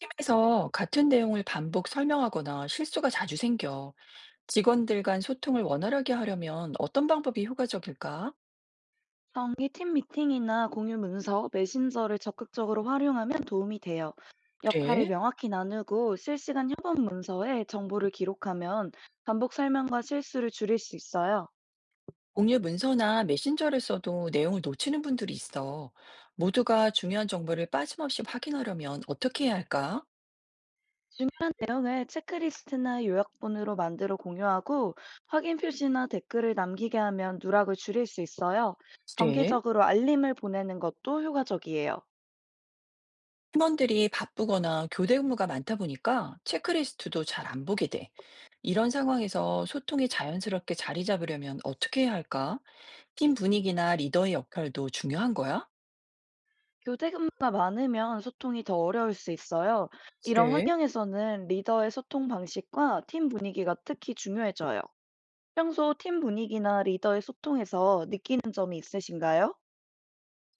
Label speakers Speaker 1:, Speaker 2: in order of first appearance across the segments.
Speaker 1: 팀에서 같은 내용을 반복 설명하거나 실수가 자주 생겨. 직원들 간 소통을 원활하게 하려면 어떤 방법이 효과적일까?
Speaker 2: 정기 팀 미팅이나 공유 문서, 메신저를 적극적으로 활용하면 도움이 돼요. 역할을
Speaker 1: 그래?
Speaker 2: 명확히 나누고 실시간 협업 문서에 정보를 기록하면 반복 설명과 실수를 줄일 수 있어요.
Speaker 1: 공유 문서나 메신저를 써도 내용을 놓치는 분들이 있어. 모두가 중요한 정보를 빠짐없이 확인하려면 어떻게 해야 할까?
Speaker 2: 중요한 내용을 체크리스트나 요약본으로 만들어 공유하고 확인 표시나 댓글을 남기게 하면 누락을 줄일 수 있어요.
Speaker 1: 그래?
Speaker 2: 정기적으로 알림을 보내는 것도 효과적이에요.
Speaker 1: 팀원들이 바쁘거나 교대 근무가 많다 보니까 체크리스트도 잘 안 보게 돼. 이런 상황에서 소통이 자연스럽게 자리 잡으려면 어떻게 해야 할까? 팀 분위기나 리더의 역할도 중요한 거야?
Speaker 2: 교대 근무가 많으면 소통이 더 어려울 수 있어요. 이런
Speaker 1: 그래?
Speaker 2: 환경에서는 리더의 소통 방식과 팀 분위기가 특히 중요해져요. 평소 팀 분위기나 리더의 소통에서 느끼는 점이 있으신가요?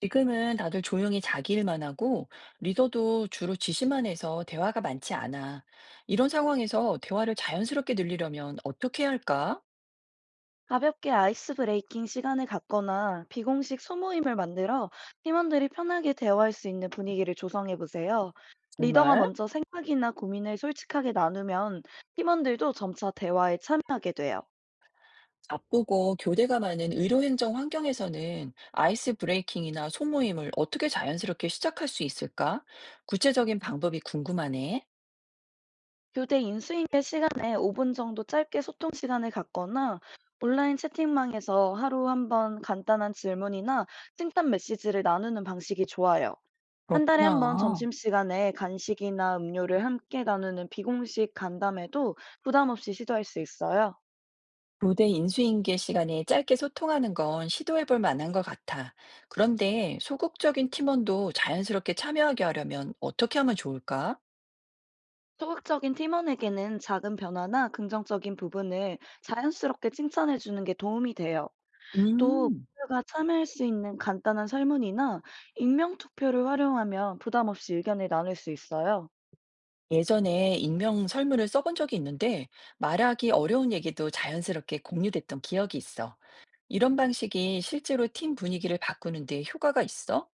Speaker 1: 지금은 다들 조용히 자기 일만 하고 리더도 주로 지시만 해서 대화가 많지 않아. 이런 상황에서 대화를 자연스럽게 늘리려면 어떻게 해야 할까?
Speaker 2: 가볍게 아이스 브레이킹 시간을 갖거나 비공식 소모임을 만들어 팀원들이 편하게 대화할 수 있는 분위기를 조성해 보세요. 리더가
Speaker 1: 정말
Speaker 2: 먼저 생각이나 고민을 솔직하게 나누면 팀원들도 점차 대화에 참여하게 돼요.
Speaker 1: 바쁘고 교대가 많은 의료행정 환경에서는 아이스 브레이킹이나 소모임을 어떻게 자연스럽게 시작할 수 있을까? 구체적인 방법이 궁금하네.
Speaker 2: 교대 인수인계 시간에 5분 정도 짧게 소통 시간을 갖거나 온라인 채팅방에서 하루 한 번 간단한 질문이나 칭찬 메시지를 나누는 방식이 좋아요. 한 달에 한 번
Speaker 1: 그렇구나.
Speaker 2: 점심시간에 간식이나 음료를 함께 나누는 비공식 간담회도 부담 없이 시도할 수 있어요.
Speaker 1: 교대 인수인계 시간에 짧게 소통하는 건 시도해 볼 만한 것 같아. 그런데 소극적인 팀원도 자연스럽게 참여하게 하려면 어떻게 하면 좋을까?
Speaker 2: 소극적인 팀원에게는 작은 변화나 긍정적인 부분을 자연스럽게 칭찬해 주는 게 도움이 돼요. 또
Speaker 1: 음,
Speaker 2: 모두가 참여할 수 있는 간단한 설문이나 익명 투표를 활용하면 부담 없이 의견을 나눌 수 있어요.
Speaker 1: 예전에 익명 설문을 써본 적이 있는데 말하기 어려운 얘기도 자연스럽게 공유됐던 기억이 있어. 이런 방식이 실제로 팀 분위기를 바꾸는데 효과가 있어?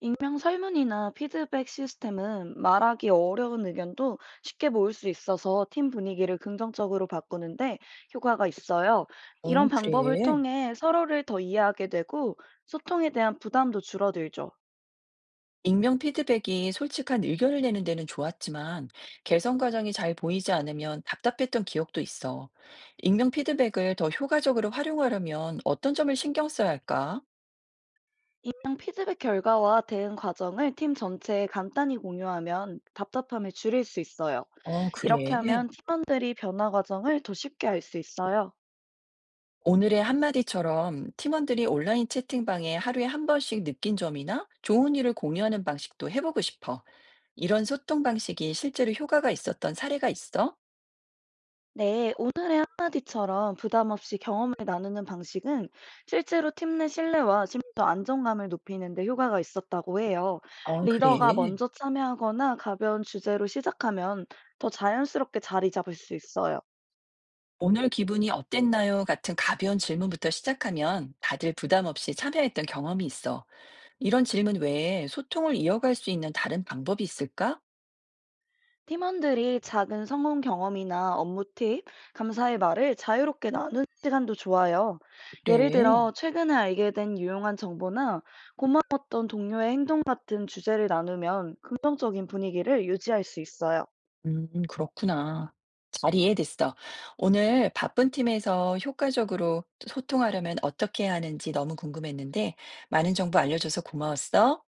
Speaker 2: 익명 설문이나 피드백 시스템은 말하기 어려운 의견도 쉽게 모을 수 있어서 팀 분위기를 긍정적으로 바꾸는데 효과가 있어요.
Speaker 1: 어,
Speaker 2: 이런 방법을
Speaker 1: 그래.
Speaker 2: 통해 서로를 더 이해하게 되고 소통에 대한 부담도 줄어들죠.
Speaker 1: 익명 피드백이 솔직한 의견을 내는 데는 좋았지만 개선 과정이 잘 보이지 않으면 답답했던 기억도 있어. 익명 피드백을 더 효과적으로 활용하려면 어떤 점을 신경 써야 할까?
Speaker 2: 임상 피드백 결과와 대응 과정을 팀 전체에 간단히 공유하면 답답함을 줄일 수 있어요.
Speaker 1: 어,
Speaker 2: 이렇게
Speaker 1: 그래.
Speaker 2: 하면 팀원들이 변화 과정을 더 쉽게 알 수 있어요.
Speaker 1: 오늘의 한마디처럼 팀원들이 온라인 채팅방에 하루에 한 번씩 느낀 점이나 좋은 일을 공유하는 방식도 해보고 싶어. 이런 소통 방식이 실제로 효과가 있었던 사례가 있어?
Speaker 2: 네, 오늘의 한마디처럼 부담 없이 경험을 나누는 방식은 실제로 팀 내 신뢰와 심리적 안정감을 높이는 데 효과가 있었다고 해요.
Speaker 1: 아,
Speaker 2: 리더가
Speaker 1: 그래.
Speaker 2: 먼저 참여하거나 가벼운 주제로 시작하면 더 자연스럽게 자리 잡을 수 있어요.
Speaker 1: "오늘 기분이 어땠나요?" 같은 가벼운 질문부터 시작하면 다들 부담 없이 참여했던 경험이 있어. 이런 질문 외에 소통을 이어갈 수 있는 다른 방법이 있을까?
Speaker 2: 팀원들이 작은 성공 경험이나 업무 팁, 감사의 말을 자유롭게 나누는 시간도 좋아요. 예를
Speaker 1: 그래.
Speaker 2: 들어, 최근에 알게 된 유용한 정보나 고마웠던 동료의 행동 같은 주제를 나누면 긍정적인 분위기를 유지할 수 있어요.
Speaker 1: 그렇구나. 잘 이해됐어. 오늘 바쁜 팀에서 효과적으로 소통하려면 어떻게 해야 하는지 너무 궁금했는데 많은 정보 알려줘서 고마웠어.